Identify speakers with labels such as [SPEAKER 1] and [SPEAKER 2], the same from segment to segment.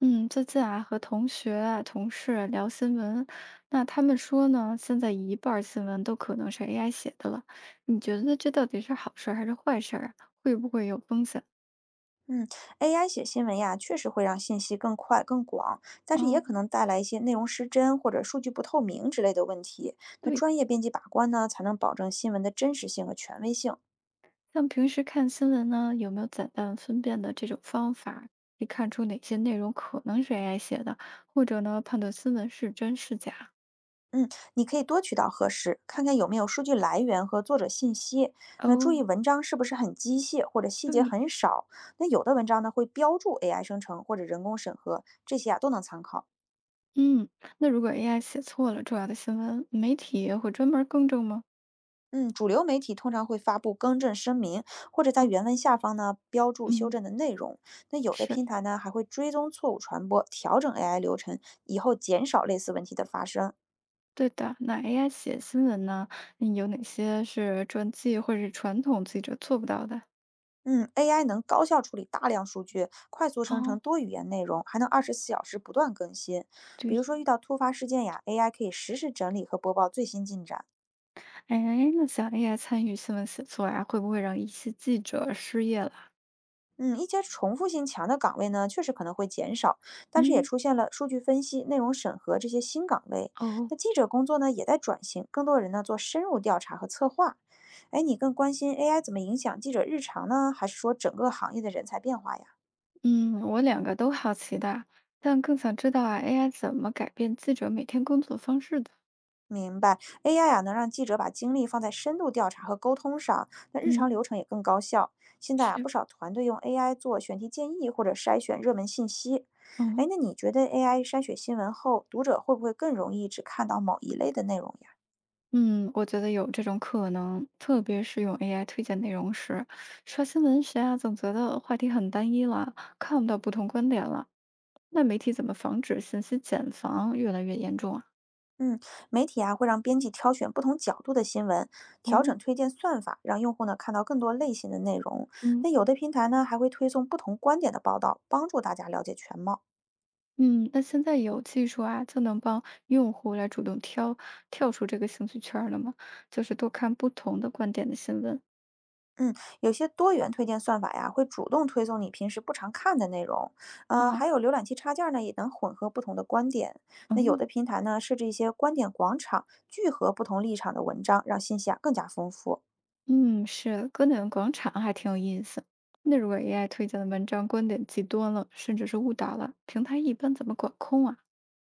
[SPEAKER 1] 嗯，最近啊，和同学啊、同事啊聊新闻，那他们说呢，现在一半儿新闻都可能是 AI 写的了。你觉得这到底是好事儿还是坏事儿啊？会不会有风险？
[SPEAKER 2] 嗯，AI 写新闻呀，确实会让信息更快、更广，但是也
[SPEAKER 1] 哦，
[SPEAKER 2] 可能带来一些内容失真或者数据不透明之类的问题。那
[SPEAKER 1] 对，
[SPEAKER 2] 专业编辑把关呢，才能保证新闻的真实性和权威性。
[SPEAKER 1] 像平时看新闻呢，有没有简单分辨的这种方法，可以看出哪些内容可能是 AI 写的，或者呢，判断新闻是真是假？
[SPEAKER 2] 嗯，你可以多渠道核实，看看有没有数据来源和作者信息。那注意
[SPEAKER 1] 哦，
[SPEAKER 2] 文章是不是很机械或者细节
[SPEAKER 1] 对，
[SPEAKER 2] 很少。那有的文章呢会标注 AI 生成或者人工审核，这些啊都能参考。
[SPEAKER 1] 嗯，那如果 AI 写错了重要的新闻，媒体也会专门更正吗？
[SPEAKER 2] 嗯，主流媒体通常会发布更正声明，或者在
[SPEAKER 1] 哦，
[SPEAKER 2] 原文下方呢标注修
[SPEAKER 1] 嗯，
[SPEAKER 2] 正的内容。那有的
[SPEAKER 1] 是。
[SPEAKER 2] 平台呢还会追踪错误传播，调整 AI 流程，以后减少类似问题的发生。
[SPEAKER 1] 对的，那 AI 写新闻呢？有哪些是传记或者是传统记者做不到的？
[SPEAKER 2] 嗯，AI 能高效处理大量数据，快速生成
[SPEAKER 1] 哦，
[SPEAKER 2] 多语言内容，还能二十四小时不断更新。比
[SPEAKER 1] 对，
[SPEAKER 2] 如说遇到突发事件呀，AI 可以实时整理和播报最新进展。
[SPEAKER 1] 哎，那想 AI 参与新闻写作呀，会不会让一些记者失业了？
[SPEAKER 2] 嗯，一些重复性强的岗位呢，确实可能会减少，但是也
[SPEAKER 1] 嗯，
[SPEAKER 2] 出现了数据分析、内容审核这些新岗位。
[SPEAKER 1] 哦，
[SPEAKER 2] 那记者工作呢，也在转型，更多人呢做深入调查和策划。哎，你更关心 AI 怎么影响记者日常呢，还是说整个行业的人才变化呀？
[SPEAKER 1] 嗯，我两个都好奇的，但更想知道啊，AI 怎么改变记者每天工作方式的？
[SPEAKER 2] 明白，AI 啊，能让记者把精力放在深度调查和沟通上，那日常
[SPEAKER 1] 嗯，
[SPEAKER 2] 流程也更高效。现在啊，不
[SPEAKER 1] 是，
[SPEAKER 2] 少团队用 AI 做选题建议或者筛选热门信息。哎，
[SPEAKER 1] 嗯
[SPEAKER 2] 那你觉得 AI 筛选新闻后，读者会不会更容易只看到某一类的内容呀？
[SPEAKER 1] 嗯，我觉得有这种可能，特别是用 AI 推荐内容时，刷新闻时啊，总觉得话题很单一了，看不到不同观点了。那媒体怎么防止信息茧房越来越严重啊？
[SPEAKER 2] 嗯，媒体啊会让编辑挑选不同角度的新闻，调
[SPEAKER 1] 哦，
[SPEAKER 2] 整推荐算法，让用户呢看到更多类型的内容。
[SPEAKER 1] 嗯
[SPEAKER 2] 那有的平台呢还会推送不同观点的报道，帮助大家了解全貌。
[SPEAKER 1] 嗯，那现在有技术啊，就能帮用户来主动挑跳出这个兴趣圈儿了吗？就是多看不同的观点的新闻
[SPEAKER 2] 嗯，有些多元推荐算法呀，会主动推送你平时不常看的内容，
[SPEAKER 1] 啊。
[SPEAKER 2] 还有浏览器插件儿呢，也能混合不同的观点。那有
[SPEAKER 1] 嗯
[SPEAKER 2] 的平台呢，设置一些观点广场，聚合不同立场的文章，让信息啊更加丰富。
[SPEAKER 1] 嗯，是观点广场还挺有意思。那如果 AI 推荐的文章观点极端了，甚至是误导了，平台一般怎么管控啊？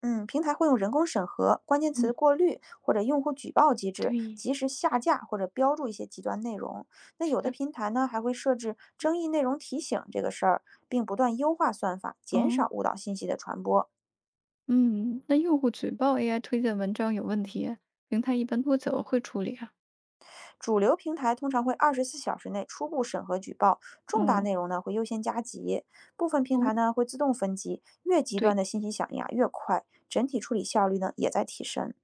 [SPEAKER 2] 嗯，平台会用人工审核、关键词
[SPEAKER 1] 嗯，
[SPEAKER 2] 过滤或者用户举报机制，
[SPEAKER 1] 对，
[SPEAKER 2] 及时下架或者标注一些极端内容。那有的
[SPEAKER 1] 是
[SPEAKER 2] 平台呢，还会设置争议内容提醒这个事儿，并不断优化算法，减少
[SPEAKER 1] 哦，
[SPEAKER 2] 误导信息的传播。
[SPEAKER 1] 嗯，那用户举报 AI 推荐文章有问题，平台一般多久会处理啊？
[SPEAKER 2] 主流平台通常会二十四小时内初步审核举报，重大
[SPEAKER 1] 嗯，
[SPEAKER 2] 内容呢会优先加急，部分平
[SPEAKER 1] 哦，
[SPEAKER 2] 台呢会自动分级，越极端
[SPEAKER 1] 对，
[SPEAKER 2] 的信息响应啊越快，整体处理效率呢也在提升。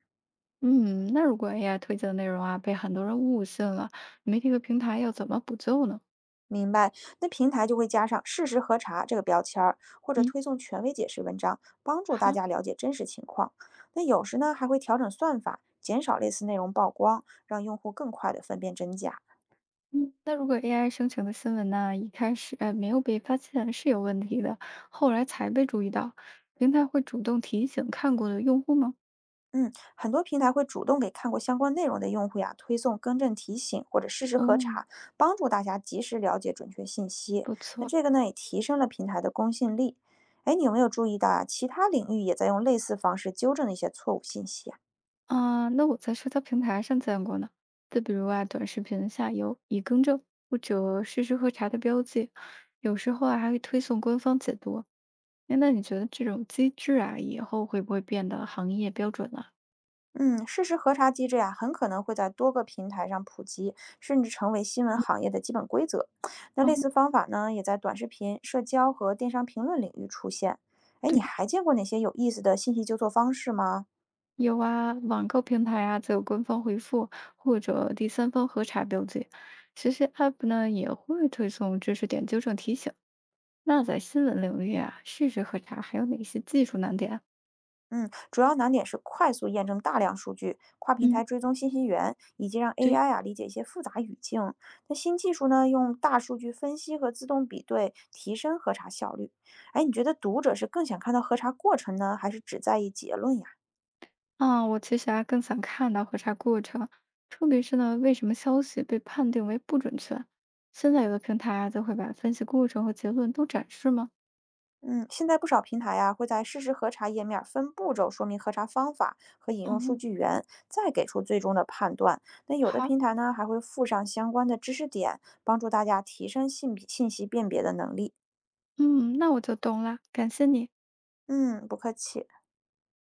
[SPEAKER 1] 嗯，那如果 AI 推荐的内容啊被很多人误信了，媒体和平台要怎么补救呢？
[SPEAKER 2] 明白，那平台就会加上事实核查这个标签儿，或者
[SPEAKER 1] 嗯，
[SPEAKER 2] 推送权威解释文章，帮助大
[SPEAKER 1] 好，
[SPEAKER 2] 家了解真实情况。那有时呢还会调整算法，减少类似内容曝光，让用户更快的分辨真假。
[SPEAKER 1] 嗯，那如果 AI 生成的新闻呢，一开始没有被发现是有问题的，后来才被注意到，平台会主动提醒看过的用户吗？
[SPEAKER 2] 嗯，很多平台会主动给看过相关内容的用户呀推送更正提醒或者事实核
[SPEAKER 1] 哦，
[SPEAKER 2] 查，帮助大家及时了解准确信息。
[SPEAKER 1] 不
[SPEAKER 2] 那
[SPEAKER 1] 错，
[SPEAKER 2] 这个呢也提升了平台的公信力。哎，你有没有注意到啊？其他领域也在用类似方式纠正一些错误信息啊？
[SPEAKER 1] 啊、那我在社交平台上见过呢，就比如啊，短视频下游已更正或者事实核查的标记，有时候啊还会推送官方解读。哎，那你觉得这种机制啊，以后会不会变得行业标准了？
[SPEAKER 2] 嗯，事实核查机制呀、很可能会在多个平台上普及，甚至成为新闻
[SPEAKER 1] 嗯，
[SPEAKER 2] 行业的基本规则。那
[SPEAKER 1] 哦，
[SPEAKER 2] 类似方法呢，也在短视频、社交和电商评论领域出现。哎，你
[SPEAKER 1] 对，
[SPEAKER 2] 还见过哪些有意思的信息纠错方式吗？
[SPEAKER 1] 有啊，网购平台啊，则有官方回复或者第三方核查标记。其实 App 呢也会推送知识点纠正提醒。那在新闻领域啊，事实核查还有哪些技术难点？
[SPEAKER 2] 嗯，主要难点是快速验证大量数据、跨平台
[SPEAKER 1] 嗯，
[SPEAKER 2] 追踪信息源，以及让
[SPEAKER 1] 对，
[SPEAKER 2] AI 啊理解一些复杂语境。那新技术呢，用大数据分析和自动比对，提升核查效率。哎，你觉得读者是更想看到核查过程呢，还是只在意结论呀？
[SPEAKER 1] 啊，我其实啊更想看到核查过程，特别是呢，为什么消息被判定为不准确？现在有的平台啊，就会把分析过程和结论都展示吗？
[SPEAKER 2] 嗯，现在不少平台啊会在事实核查页面分步骤说明核查方法和引用数
[SPEAKER 1] 哦。
[SPEAKER 2] 据源，再给出最终的判断。那有的
[SPEAKER 1] 好，
[SPEAKER 2] 平台呢还会附上相关的知识点，帮助大家提升信息辨别的能力。
[SPEAKER 1] 嗯，那我就懂了，感谢你。
[SPEAKER 2] 嗯，不客气。